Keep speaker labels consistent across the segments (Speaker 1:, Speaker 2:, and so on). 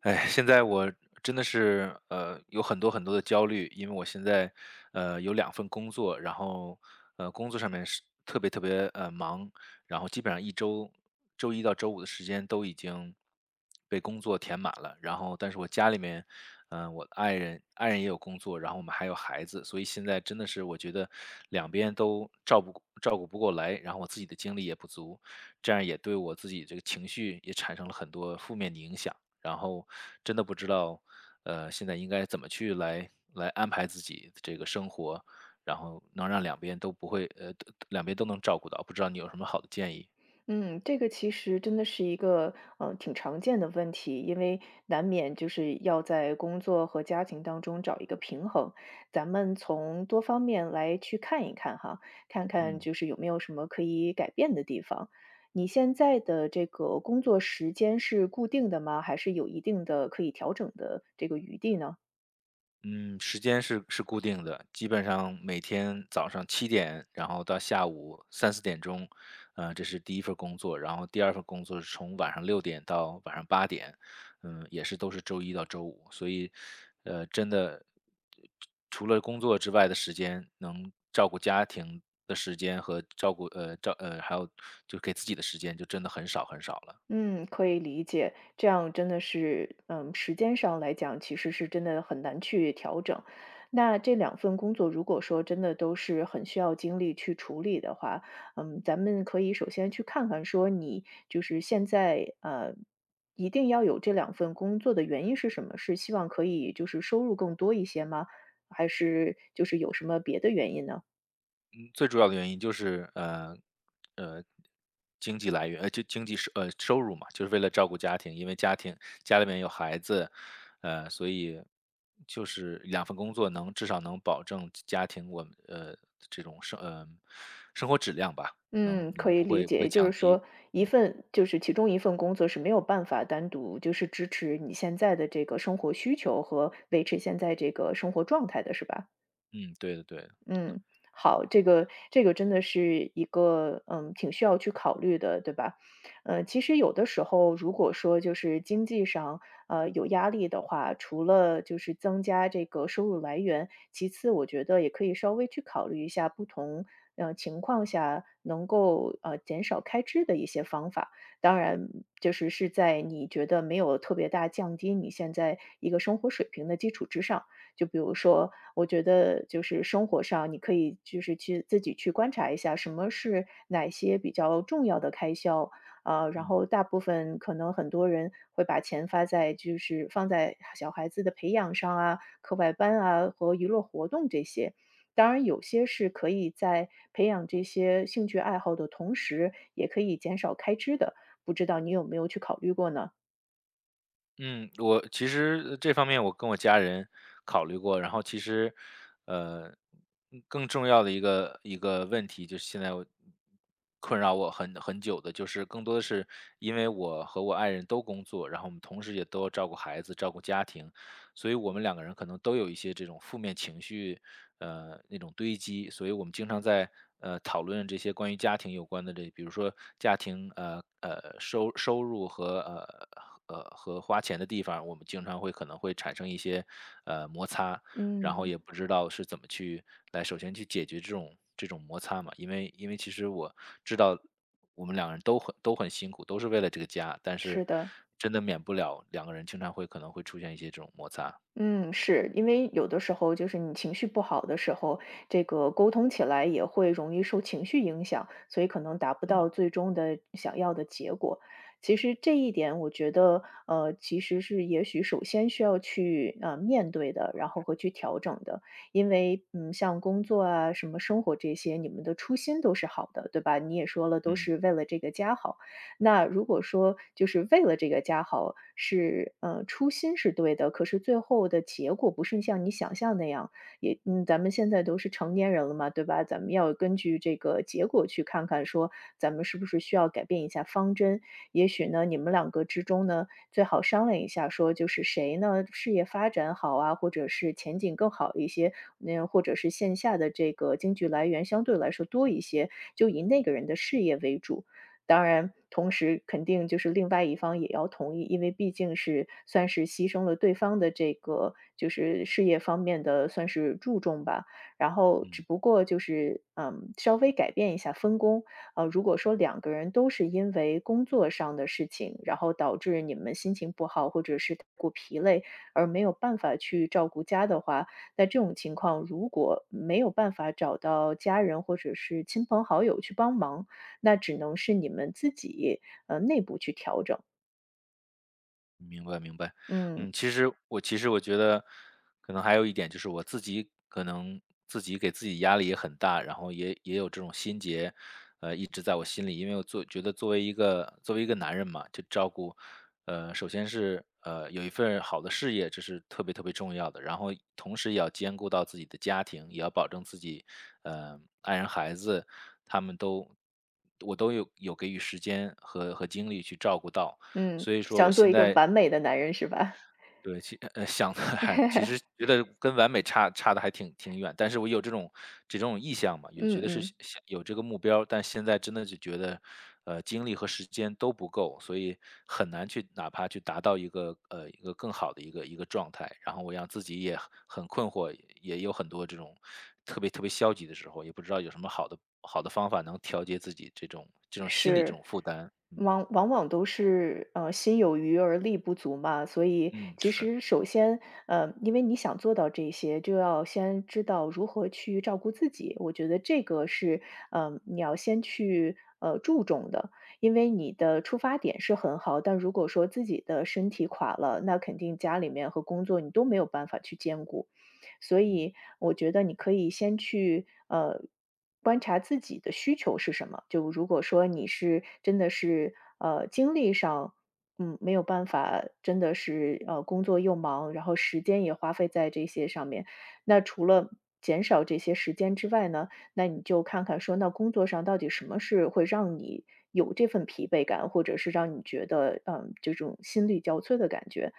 Speaker 1: 哎，现在我真的是有很多很多的焦虑，因为我现在有两份工作，然后工作上面是特别特别忙，然后基本上一周周一到周五的时间都已经被工作填满了。然后，但是我家里面，我的爱人也有工作，然后我们还有孩子，所以现在真的是我觉得两边都照顾不过来，然后我自己的精力也不足，这样也对我自己这个情绪也产生了很多负面的影响。然后真的不知道，现在应该怎么去来安排自己这个生活，然后能让两边都不会，两边都能照顾到，不知道你有什么好的建议？
Speaker 2: 嗯，这个其实真的是一个挺常见的问题，因为难免就是要在工作和家庭当中找一个平衡。咱们从多方面来去看一看哈，看看
Speaker 1: 嗯。
Speaker 2: 就是有没有什么可以改变的地方。你现在的这个工作时间是固定的吗？还是有一定的可以调整的这个余地呢？
Speaker 1: 嗯，时间是固定的，基本上每天早上7点，然后到下午3、4点钟，这是第一份儿工作，然后第二份工作是从晚上6点到晚上8点，嗯，也是都是周一到周五，所以，真的除了工作之外的时间，能照顾家庭的时间和照顾呃照呃还有就给自己的时间，就真的很少很少了。
Speaker 2: 嗯，可以理解，这样真的是，嗯，时间上来讲，其实是真的很难去调整。那这两份工作，如果说真的都是很需要精力去处理的话，嗯，咱们可以首先去看看，说你就是现在，一定要有这两份工作的原因是什么？是希望可以就是收入更多一些吗？还是就是有什么别的原因呢？
Speaker 1: 最主要的原因就是呃经济来源，就经济收入嘛，就是为了照顾家庭，因为家里面有孩子，所以就是两份工作至少能保证家庭我们这种生活质量吧，能
Speaker 2: 嗯，
Speaker 1: 能
Speaker 2: 可以
Speaker 1: 不
Speaker 2: 理
Speaker 1: 会
Speaker 2: 解，
Speaker 1: 不会
Speaker 2: 也就
Speaker 1: 降
Speaker 2: 是
Speaker 1: 低。
Speaker 2: 说，一份就是其中一份工作是没有办法单独就是支持你现在的这个生活需求和维持现在这个生活状态的，是吧？
Speaker 1: 嗯，对的对的，
Speaker 2: 嗯，好，这个真的是一个，嗯，挺需要去考虑的，对吧？其实有的时候如果说就是经济上，有压力的话，除了就是增加这个收入来源，其次我觉得也可以稍微去考虑一下不同，情况下能够，减少开支的一些方法。当然就是是在你觉得没有特别大降低你现在一个生活水平的基础之上。就比如说，我觉得就是生活上，你可以就是去自己去观察一下，什么是哪些比较重要的开销，然
Speaker 1: 嗯。
Speaker 2: 后大部分可能很多人会把钱发在就是放在小孩子的培养上啊、课外班啊和娱乐活动这些。当然，有些是可以在培养这些兴趣爱好的同时，也可以减少开支的。不知道你有没有去考虑过呢？
Speaker 1: 嗯，我其实这方面我跟我家人考虑过，然后其实，呃，更重要的一个问题就是现在我困扰我很久的，就是更多的是因为我和我爱人都工作，然后我们同时也都要照顾孩子、照顾家庭，所以我们两个人可能都有一些这种负面情绪，那种堆积，所以我们经常在讨论这些关于家庭有关的这，比如说家庭收入和和花钱的地方，我们经常会可能会产生一些摩擦，然后
Speaker 2: 嗯，
Speaker 1: 也不知道是怎么去来首先去解决这种摩擦嘛。因为其实我知道我们两个人都很辛苦，都是为了这个家，但是
Speaker 2: 是的。
Speaker 1: 真的免不了两个人经常会可能会出现一些这种摩擦。
Speaker 2: 嗯，是，因为有的时候就是你情绪不好的时候，这个沟通起来也会容易受情绪影响，所以可能达不
Speaker 1: 嗯
Speaker 2: 到最终的想要的结果。其实这一点，我觉得，其实是也许首先需要去面对的，然后和去调整的，因为嗯，像工作啊、什么生活这些，你们的初心都是好的，对吧？你也说了，都
Speaker 1: 嗯
Speaker 2: 是为了这个家好。那如果说就是为了这个家好，是初心是对的，可是最后的结果不是像你想象那样，也嗯，咱们现在都是成年人了嘛，对吧？咱们要根据这个结果去看看说，咱们是不是需要改变一下方针。也许呢，你们两个之中呢，最好商量一下说，就是谁呢事业发展好啊，或者是前景更好一些，嗯，或者是线下的这个经济来源相对来说多一些，就以那个人的事业为主。当然，同时肯定就是另外一方也要同意，因为毕竟是算是牺牲了对方的这个就是事业方面的算是注重吧。然后只
Speaker 1: 嗯。
Speaker 2: 不过就是，嗯，稍微改变一下分工。如果说两个人都是因为工作上的事情，然后导致你们心情不好，或者是太过疲累，而没有办法去照顾家的话，那这种情况如果没有办法找到家人或者是亲朋好友去帮忙，那只能是你们自己，内部去调整。
Speaker 1: 明白明白，
Speaker 2: 嗯，
Speaker 1: 嗯，其实我觉得，可能还有一点就是我自己可能自己给自己压力也很大，然后也有这种心结，一直在我心里，因为我觉得作为一个男人嘛，就照顾，首先是有一份好的事业，这是特别特别重要的，然后同时也要兼顾到自己的家庭，也要保证自己，爱人孩子他们都。我都有给予时间和精力去照顾到，
Speaker 2: 嗯。
Speaker 1: 所以说我
Speaker 2: 想做
Speaker 1: 现
Speaker 2: 一个
Speaker 1: 在
Speaker 2: 完美的男人是吧？
Speaker 1: 对，想的还其实 觉得跟完美差的还挺远，但是我有这种意向嘛，也觉
Speaker 2: 嗯
Speaker 1: 得是
Speaker 2: 嗯。
Speaker 1: 想有这个目标，但现在真的就觉得，精力和时间都不够，所以很难去哪怕去达到一个更好的一个状态，然后我让自己也很困惑，也有很多这种特别特别消极的时候，也不知道有什么好的方法能调节自己这种心理这种
Speaker 2: 是，
Speaker 1: 负担，嗯
Speaker 2: 往往都是心有余而力不足嘛，所以
Speaker 1: 嗯
Speaker 2: 其
Speaker 1: 是，
Speaker 2: 实首先，因为你想做到这些，就要先知道如何去照顾自己。我觉得这个是，你要先去注重的，因为你的出发点是很好，但如果说自己的身体垮了，那肯定家里面和工作你都没有办法去兼顾。所
Speaker 1: 嗯
Speaker 2: 以我觉得你可以先去观察自己的需求是什么。就如果说你是真的是精力上，嗯，没有办法，真的是工作又忙，然后时间也花费在这些上面。那除了减少这些时间之外呢，那你就看看说，那工作上到底什么是会让你有这份疲惫感，或者是让你觉得嗯这种心力交瘁的感觉？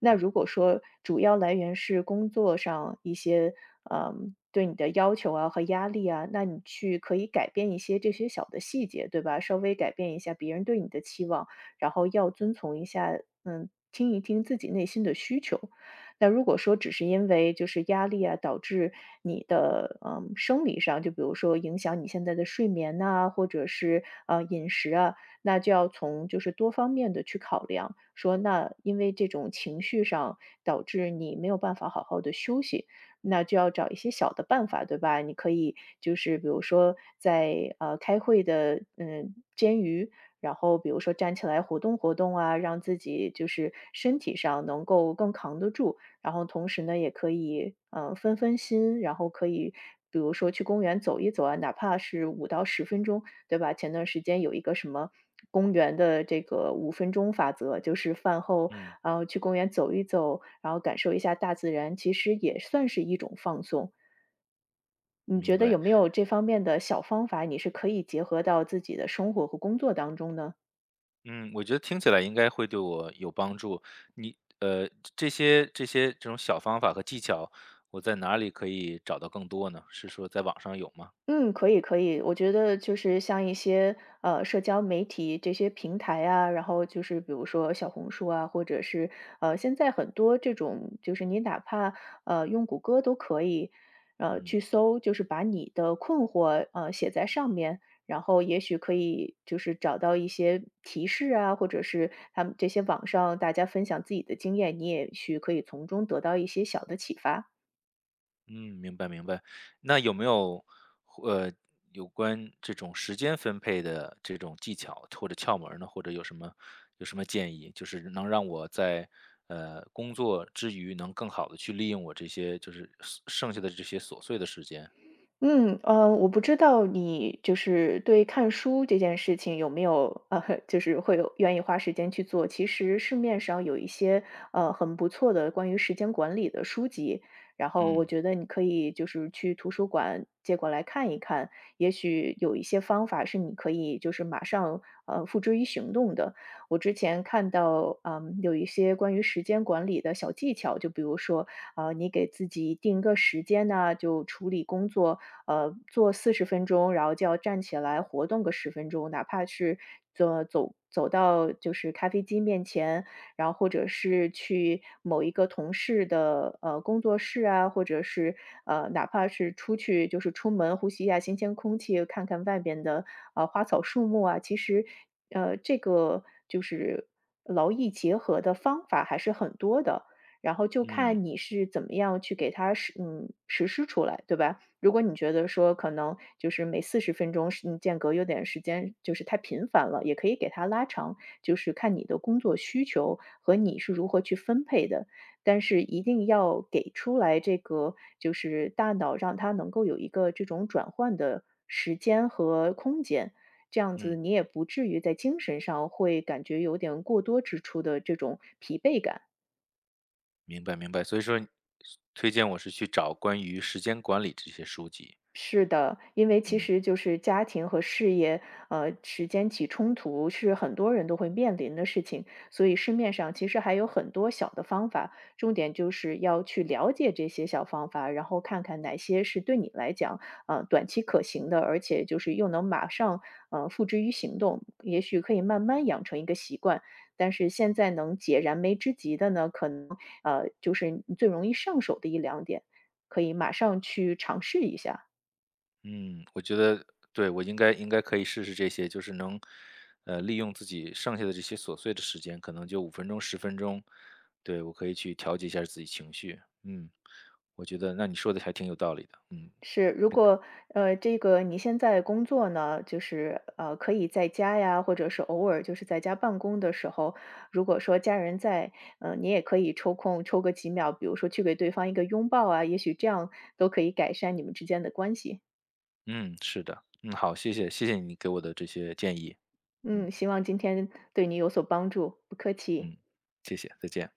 Speaker 2: 那
Speaker 1: 嗯
Speaker 2: 如果说主要来源是工作上一些，嗯，对你的要求啊和压力啊，那你去可以改变一些这些小的细节，对吧？稍微改变一下别人对你的期望，然后要遵从一下，嗯，听一听自己内心的需求。那如果说只是因为就是压力啊，导致你的，嗯，生理上，就比如说影响你现在的睡眠呐，或者是，啊饮食啊，那就要从就是多方面的去考量，说那因为这种情绪上导致你没有办法好好的休息，那就要找一些小的办法，对吧？你可以就是比如说在，开会的，嗯，煎鱼，然后比如说站起来活动活动啊，让自己就是身体上能够更扛得住，然后同时呢也可以，分分心，然后可以比如说去公园走一走啊，哪怕是5到10分钟，对吧？前段时间有一个什么公园的这个5分钟法则，就是饭后
Speaker 1: 嗯，
Speaker 2: 然后去公园走一走，然后感受一下大自然，其实也算是一种放松。你
Speaker 1: 明
Speaker 2: 觉得
Speaker 1: 白。
Speaker 2: 有没有这方面的小方法，你是可以结合到自己的生活和工作当中呢？
Speaker 1: 嗯，我觉得听起来应该会对我有帮助。你呃，这些这种小方法和技巧，我在哪里可以找到更多呢？是说在网上有吗？
Speaker 2: 嗯，可以可以，我觉得就是像一些社交媒体这些平台啊，然后就是比如说小红书啊，或者是现在很多这种，就是你哪怕用谷歌都可以，
Speaker 1: 嗯
Speaker 2: 去搜，就是把你的困惑写在上面，然后也许可以就是找到一些提示啊，或者是他们这些网上大家分享自己的经验，你也许可以从中得到一些小的启发。
Speaker 1: 嗯，明白明白。那有没有呃有关这种时间分配的这种技巧或者窍门儿呢？或者有什么建议，就是能让我在工作之余能更好的去利用我这些就是剩下的这些琐碎的时间？
Speaker 2: 嗯，我不知道你就是对看书这件事情有没有就是会有愿意花时间去做。其实市面上有一些很不错的关于时间管理的书籍，然后我
Speaker 1: 嗯
Speaker 2: 觉得你可以就是去图书馆借过来看一看，也许有一些方法是你可以就是马上付之于行动的。我之前看到嗯有一些关于时间管理的小技巧，就比如说啊、你给自己定一个时间呐，就处理工作。做四十分钟，然后就要站起来活动个十分钟，哪怕是走到就是咖啡机面前，然后或者是去某一个同事的，工作室啊，或者是，哪怕是出去就是出门呼吸一下新鲜空气，看看外边的，花草树木啊，其实，这个就是劳逸结合的方法还是很多的，然后就
Speaker 1: 嗯
Speaker 2: 看你是怎么样去给它实嗯，实施出来，对吧？如果你觉得说可能就是每四十分钟时间隔有点时间就是太频繁了，也可以给它拉长，就是看你的工作需求和你是如何去分配的。但是一定要给出来这个就是大脑让它能够有一个这种转换的时间和空间，这样子
Speaker 1: 嗯。
Speaker 2: 你也不至于在精神上会感觉有点过多支出的这种疲惫感。
Speaker 1: 明白明白，所以说推荐我是去找关于时间管理这些书籍。
Speaker 2: 是的，因为其
Speaker 1: 嗯
Speaker 2: 实就是家庭和事业，时间起冲突是很多人都会面临的事情，所以市面上其实还有很多小的方法，重点就是要去了解这些小方法，然后看看哪些是对你来讲，短期可行的，而且就是又能马上，付之于行动，也许可以慢慢养成一个习惯。但是现在能解燃眉之急的呢，可能就是你最容易上手的一两点，可以马上去尝试一下。
Speaker 1: 嗯，我觉得对，我应该可以试试这些，就是能，利用自己剩下的这些琐碎的时间，可能就5分钟、10分钟，对，我可以去调节一下自己情绪。嗯，我觉得那你说的还挺有道理的。嗯
Speaker 2: 是，如果这个你现在工作呢，就是可以在家呀，或者是偶尔就是在家办公的时候，如果说家人在，你也可以抽空抽个几秒，比如说去给对方一个拥抱啊，也许这样都可以改善你们之间的关系。
Speaker 1: 嗯，是的。嗯，好，谢谢，谢谢你给我的这些建议。嗯
Speaker 2: 嗯，希望今天对你有所帮助，不客气。
Speaker 1: 嗯，谢谢，再见。